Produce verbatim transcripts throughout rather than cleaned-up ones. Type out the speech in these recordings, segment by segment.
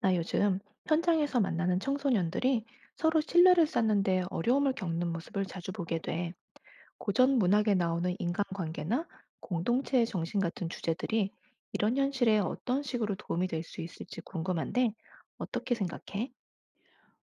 나 요즘 현장에서 만나는 청소년들이 서로 신뢰를 쌓는데 어려움을 겪는 모습을 자주 보게 돼. 고전 문학에 나오는 인간관계나 공동체의 정신 같은 주제들이 이런 현실에 어떤 식으로 도움이 될 수 있을지 궁금한데 어떻게 생각해?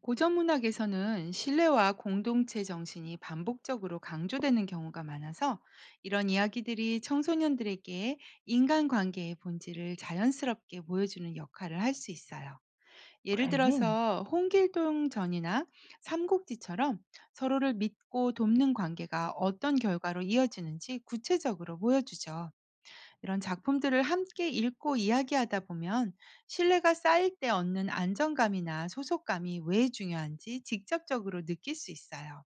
고전 문학에서는 신뢰와 공동체 정신이 반복적으로 강조되는 경우가 많아서 이런 이야기들이 청소년들에게 인간관계의 본질을 자연스럽게 보여주는 역할을 할 수 있어요. 예를 그래, 들어서 홍길동 전이나 삼국지처럼 서로를 믿고 돕는 관계가 어떤 결과로 이어지는지 구체적으로 보여주죠. 이런 작품들을 함께 읽고 이야기하다 보면 신뢰가 쌓일 때 얻는 안정감이나 소속감이 왜 중요한지 직접적으로 느낄 수 있어요.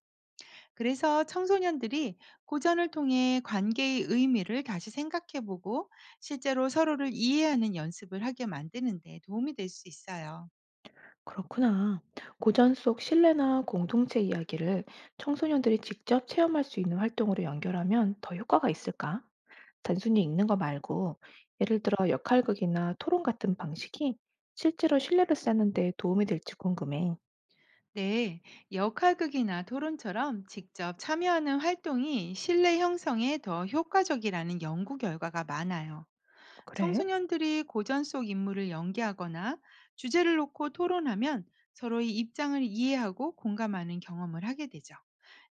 그래서 청소년들이 고전을 통해 관계의 의미를 다시 생각해보고 실제로 서로를 이해하는 연습을 하게 만드는데 도움이 될 수 있어요. 그렇구나. 고전 속 신뢰나 공동체 이야기를 청소년들이 직접 체험할 수 있는 활동으로 연결하면 더 효과가 있을까? 단순히 읽는 거 말고 예를 들어 역할극이나 토론 같은 방식이 실제로 신뢰를 쌓는 데 도움이 될지 궁금해. 네, 역할극이나 토론처럼 직접 참여하는 활동이 신뢰 형성에 더 효과적이라는 연구 결과가 많아요. 그래? 청소년들이 고전 속 인물을 연기하거나 주제를 놓고 토론하면 서로의 입장을 이해하고 공감하는 경험을 하게 되죠.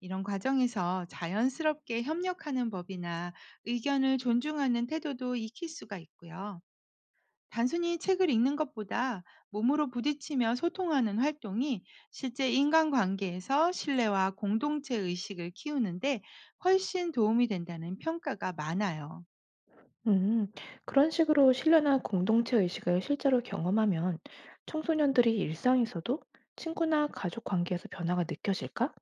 이런 과정에서 자연스럽게 협력하는 법이나 의견을 존중하는 태도도 익힐 수가 있고요. 단순히 책을 읽는 것보다 몸으로 부딪히며 소통하는 활동이 실제 인간관계에서 신뢰와 공동체 의식을 키우는데 훨씬 도움이 된다는 평가가 많아요. 음, 그런 식으로 신뢰나 공동체 의식을 실제로 경험하면 청소년들이 일상에서도 친구나 가족 관계에서 변화가 느껴질까?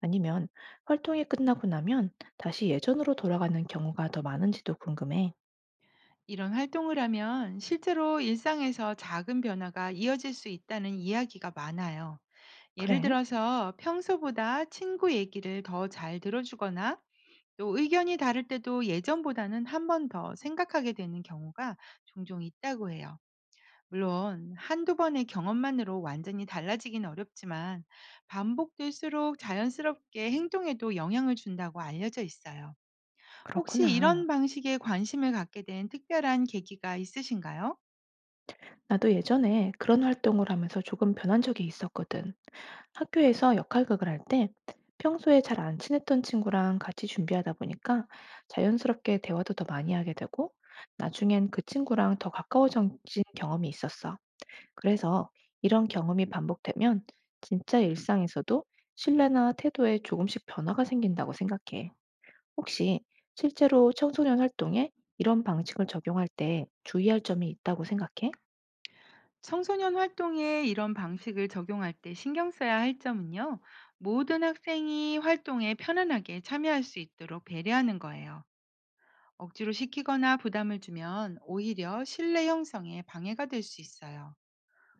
아니면 활동이 끝나고 나면 다시 예전으로 돌아가는 경우가 더 많은지도 궁금해. 이런 활동을 하면 실제로 일상에서 작은 변화가 이어질 수 있다는 이야기가 많아요. 예를 그래? 들어서 평소보다 친구 얘기를 더 잘 들어주거나 또 의견이 다를 때도 예전보다는 한 번 더 생각하게 되는 경우가 종종 있다고 해요. 물론 한두 번의 경험만으로 완전히 달라지긴 어렵지만 반복될수록 자연스럽게 행동에도 영향을 준다고 알려져 있어요. 혹시 그렇구나. 이런 방식에 관심을 갖게 된 특별한 계기가 있으신가요? 나도 예전에 그런 활동을 하면서 조금 변한 적이 있었거든. 학교에서 역할극을 할 때 평소에 잘 안 친했던 친구랑 같이 준비하다 보니까 자연스럽게 대화도 더 많이 하게 되고 나중엔 그 친구랑 더 가까워진 경험이 있었어. 그래서 이런 경험이 반복되면 진짜 일상에서도 신뢰나 태도에 조금씩 변화가 생긴다고 생각해. 혹시 실제로 청소년 활동에 이런 방식을 적용할 때 주의할 점이 있다고 생각해? 청소년 활동에 이런 방식을 적용할 때 신경 써야 할 점은요, 모든 학생이 활동에 편안하게 참여할 수 있도록 배려하는 거예요. 억지로 시키거나 부담을 주면 오히려 신뢰 형성에 방해가 될 수 있어요.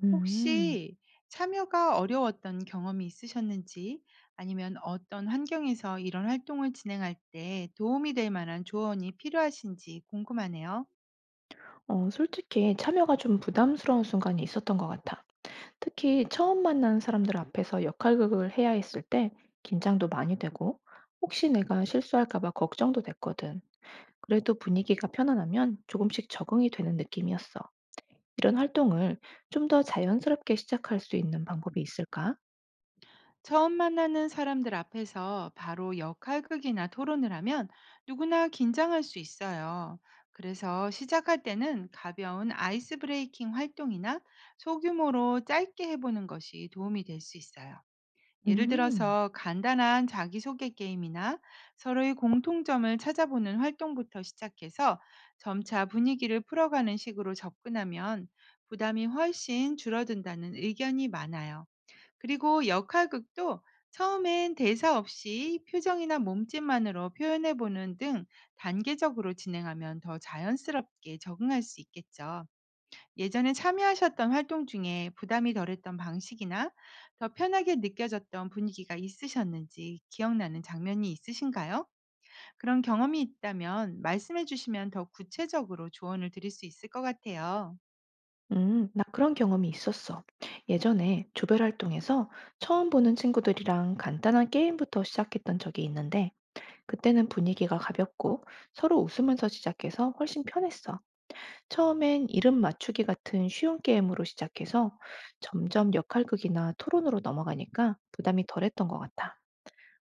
음, 혹시 참여가 어려웠던 경험이 있으셨는지, 아니면 어떤 환경에서 이런 활동을 진행할 때 도움이 될 만한 조언이 필요하신지 궁금하네요. 어, 솔직히 참여가 좀 부담스러운 순간이 있었던 것 같아. 특히 처음 만난 사람들 앞에서 역할극을 해야 했을 때 긴장도 많이 되고 혹시 내가 실수할까 봐 걱정도 됐거든. 그래도 분위기가 편안하면 조금씩 적응이 되는 느낌이었어. 이런 활동을 좀 더 자연스럽게 시작할 수 있는 방법이 있을까? 처음 만나는 사람들 앞에서 바로 역할극이나 토론을 하면 누구나 긴장할 수 있어요. 그래서 시작할 때는 가벼운 아이스 브레이킹 활동이나 소규모로 짧게 해보는 것이 도움이 될 수 있어요. 예를 음, 들어서 간단한 자기소개 게임이나 서로의 공통점을 찾아보는 활동부터 시작해서 점차 분위기를 풀어가는 식으로 접근하면 부담이 훨씬 줄어든다는 의견이 많아요. 그리고 역할극도 처음엔 대사 없이 표정이나 몸짓만으로 표현해 보는 등 단계적으로 진행하면 더 자연스럽게 적응할 수 있겠죠. 예전에 참여하셨던 활동 중에 부담이 덜했던 방식이나 더 편하게 느껴졌던 분위기가 있으셨는지, 기억나는 장면이 있으신가요? 그런 경험이 있다면 말씀해 주시면 더 구체적으로 조언을 드릴 수 있을 것 같아요. 음, 나 그런 경험이 있었어. 예전에 조별 활동에서 처음 보는 친구들이랑 간단한 게임부터 시작했던 적이 있는데 그때는 분위기가 가볍고 서로 웃으면서 시작해서 훨씬 편했어. 처음엔 이름 맞추기 같은 쉬운 게임으로 시작해서 점점 역할극이나 토론으로 넘어가니까 부담이 덜했던 것 같아.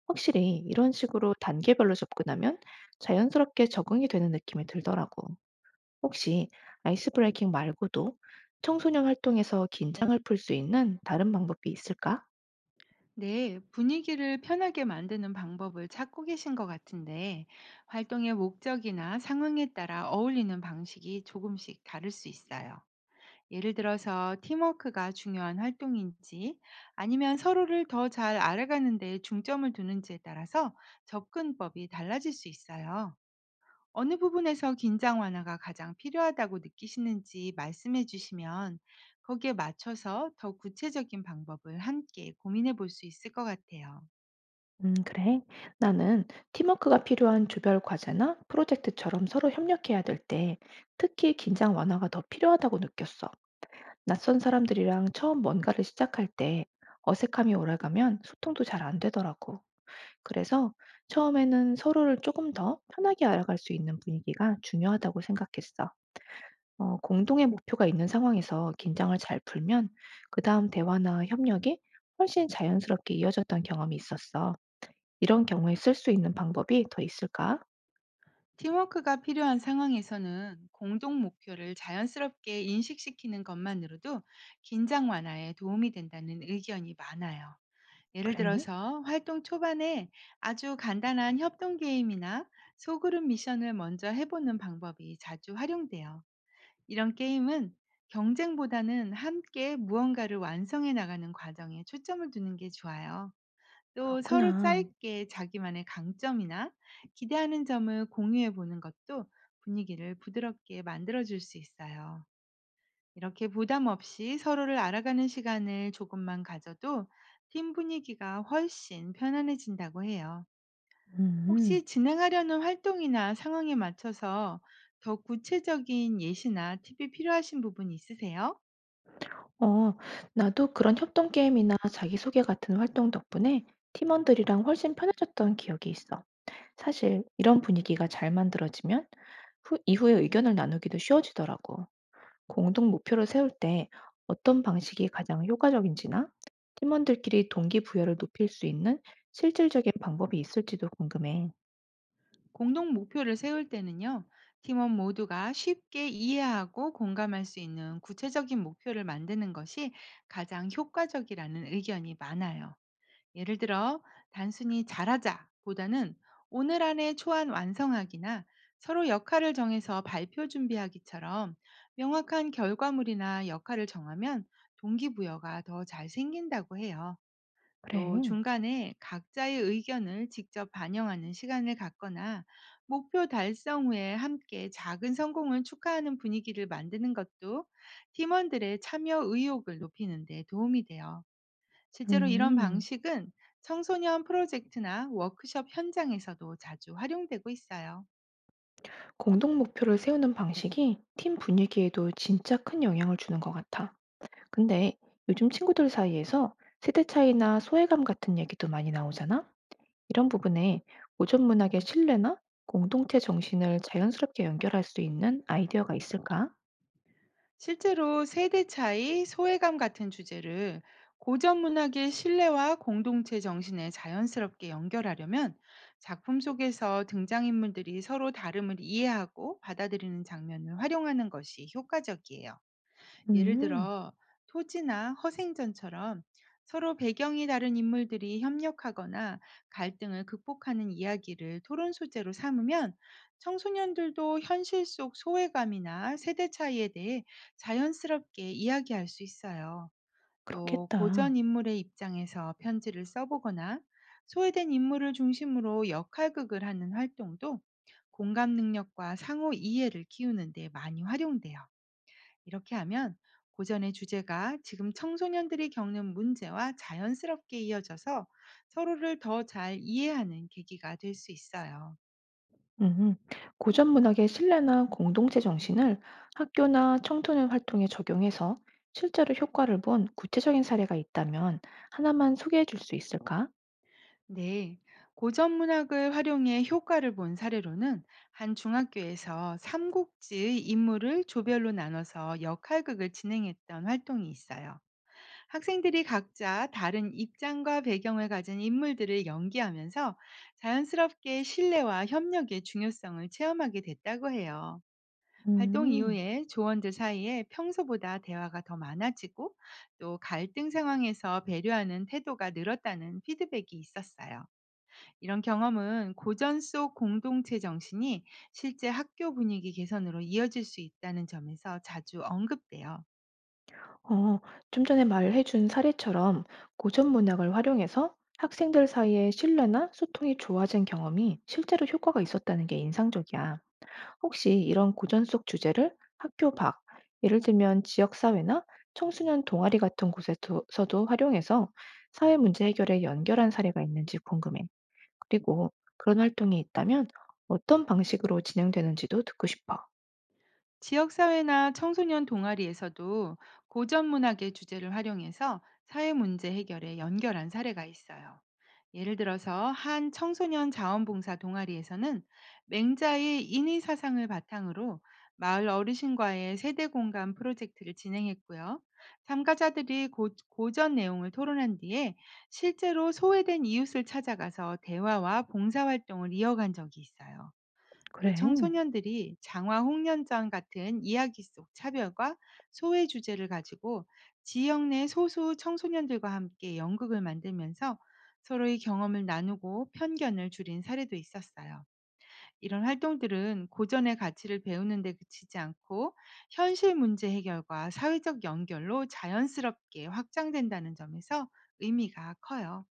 확실히 이런 식으로 단계별로 접근하면 자연스럽게 적응이 되는 느낌이 들더라고. 혹시 아이스 브레이킹 말고도 청소년 활동에서 긴장을 풀 수 있는 다른 방법이 있을까? 네, 분위기를 편하게 만드는 방법을 찾고 계신 것 같은데, 활동의 목적이나 상황에 따라 어울리는 방식이 조금씩 다를 수 있어요. 예를 들어서 팀워크가 중요한 활동인지, 아니면 서로를 더 잘 알아가는 데 중점을 두는지에 따라서 접근법이 달라질 수 있어요. 어느 부분에서 긴장 완화가 가장 필요하다고 느끼시는지 말씀해 주시면, 거기에 맞춰서 더 구체적인 방법을 함께 고민해 볼 수 있을 것 같아요. 음, 그래. 나는 팀워크가 필요한 조별 과제나 프로젝트처럼 서로 협력해야 될 때 특히 긴장 완화가 더 필요하다고 느꼈어. 낯선 사람들이랑 처음 뭔가를 시작할 때 어색함이 오래가면 소통도 잘 안 되더라고. 그래서 처음에는 서로를 조금 더 편하게 알아갈 수 있는 분위기가 중요하다고 생각했어. 어, 공동의 목표가 있는 상황에서 긴장을 잘 풀면 그 다음 대화나 협력이 훨씬 자연스럽게 이어졌던 경험이 있었어. 이런 경우에 쓸 수 있는 방법이 더 있을까? 팀워크가 필요한 상황에서는 공동 목표를 자연스럽게 인식시키는 것만으로도 긴장 완화에 도움이 된다는 의견이 많아요. 예를 그래, 들어서 활동 초반에 아주 간단한 협동 게임이나 소그룹 미션을 먼저 해보는 방법이 자주 활용돼요. 이런 게임은 경쟁보다는 함께 무언가를 완성해 나가는 과정에 초점을 두는 게 좋아요. 또 서로 그렇구나. 짧게 자기만의 강점이나 기대하는 점을 공유해 보는 것도 분위기를 부드럽게 만들어 줄 수 있어요. 이렇게 부담 없이 서로를 알아가는 시간을 조금만 가져도 팀 분위기가 훨씬 편안해진다고 해요. 음. 혹시 진행하려는 활동이나 상황에 맞춰서 더 구체적인 예시나 팁이 필요하신 부분이 있으세요? 어, 나도 그런 협동 게임이나 자기소개 같은 활동 덕분에 팀원들이랑 훨씬 편해졌던 기억이 있어. 사실 이런 분위기가 잘 만들어지면 후, 이후에 의견을 나누기도 쉬워지더라고. 공동 목표를 세울 때 어떤 방식이 가장 효과적인지나 팀원들끼리 동기부여를 높일 수 있는 실질적인 방법이 있을지도 궁금해. 공동 목표를 세울 때는요, 팀원 모두가 쉽게 이해하고 공감할 수 있는 구체적인 목표를 만드는 것이 가장 효과적이라는 의견이 많아요. 예를 들어 단순히 잘하자보다는, 오늘 안에 초안 완성하기나 서로 역할을 정해서 발표 준비하기처럼 명확한 결과물이나 역할을 정하면 동기부여가 더 잘 생긴다고 해요. 또 그래. 중간에 각자의 의견을 직접 반영하는 시간을 갖거나 목표 달성 후에 함께 작은 성공을 축하하는 분위기를 만드는 것도 팀원들의 참여 의욕을 높이는 데 도움이 돼요. 실제로 이런 음, 방식은 청소년 프로젝트나 워크숍 현장에서도 자주 활용되고 있어요. 공동 목표를 세우는 방식이 팀 분위기에도 진짜 큰 영향을 주는 것 같아. 근데 요즘 친구들 사이에서 세대 차이나 소외감 같은 얘기도 많이 나오잖아? 이런 부분에 고전 문학의 신뢰나 공동체 정신을 자연스럽게 연결할 수 있는 아이디어가 있을까? 실제로 세대 차이, 소외감 같은 주제를 고전 문학의 신뢰와 공동체 정신에 자연스럽게 연결하려면, 작품 속에서 등장인물들이 서로 다름을 이해하고 받아들이는 장면을 활용하는 것이 효과적이에요. 예를 음, 들어 토지나 허생전처럼 서로 배경이 다른 인물들이 협력하거나 갈등을 극복하는 이야기를 토론 소재로 삼으면, 청소년들도 현실 속 소외감이나 세대 차이에 대해 자연스럽게 이야기할 수 있어요. 또 그렇겠다. 고전 인물의 입장에서 편지를 써보거나 소외된 인물을 중심으로 역할극을 하는 활동도 공감 능력과 상호 이해를 키우는 데 많이 활용돼요. 이렇게 하면 고전의 주제가 지금 청소년들이 겪는 문제와 자연스럽게 이어져서 서로를 더 잘 이해하는 계기가 될 수 있어요. 음, 고전 문학의 신뢰나 공동체 정신을 학교나 청소년 활동에 적용해서 실제로 효과를 본 구체적인 사례가 있다면 하나만 소개해 줄 수 있을까? 네. 고전 문학을 활용해 효과를 본 사례로는, 한 중학교에서 삼국지의 인물을 조별로 나눠서 역할극을 진행했던 활동이 있어요. 학생들이 각자 다른 입장과 배경을 가진 인물들을 연기하면서 자연스럽게 신뢰와 협력의 중요성을 체험하게 됐다고 해요. 활동 음. 이후에 조원들 사이에 평소보다 대화가 더 많아지고, 또 갈등 상황에서 배려하는 태도가 늘었다는 피드백이 있었어요. 이런 경험은 고전 속 공동체 정신이 실제 학교 분위기 개선으로 이어질 수 있다는 점에서 자주 언급돼요. 어, 좀 전에 말해준 사례처럼 고전 문학을 활용해서 학생들 사이의 신뢰나 소통이 좋아진 경험이 실제로 효과가 있었다는 게 인상적이야. 혹시 이런 고전 속 주제를 학교 밖, 예를 들면 지역사회나 청소년 동아리 같은 곳에서도 활용해서 사회 문제 해결에 연결한 사례가 있는지 궁금해. 그리고 그런 활동이 있다면 어떤 방식으로 진행되는지도 듣고 싶어. 지역사회나 청소년 동아리에서도 고전 문학의 주제를 활용해서 사회 문제 해결에 연결한 사례가 있어요. 예를 들어서 한 청소년 자원봉사 동아리에서는 맹자의 인의 사상을 바탕으로 마을 어르신과의 세대 공감 프로젝트를 진행했고요. 참가자들이 고, 고전 내용을 토론한 뒤에 실제로 소외된 이웃을 찾아가서 대화와 봉사활동을 이어간 적이 있어요. 또 그래. 청소년들이 장화 홍련전 같은 이야기 속 차별과 소외 주제를 가지고 지역 내 소수 청소년들과 함께 연극을 만들면서 서로의 경험을 나누고 편견을 줄인 사례도 있었어요. 이런 활동들은 고전의 가치를 배우는 데 그치지 않고 현실 문제 해결과 사회적 연결로 자연스럽게 확장된다는 점에서 의미가 커요.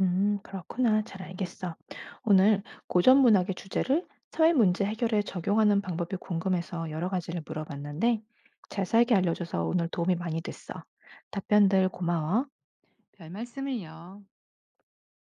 음, 그렇구나. 잘 알겠어. 오늘 고전 문학의 주제를 사회 문제 해결에 적용하는 방법이 궁금해서 여러 가지를 물어봤는데, 잘 살게 알려줘서 오늘 도움이 많이 됐어. 답변들 고마워. 별 말씀을요.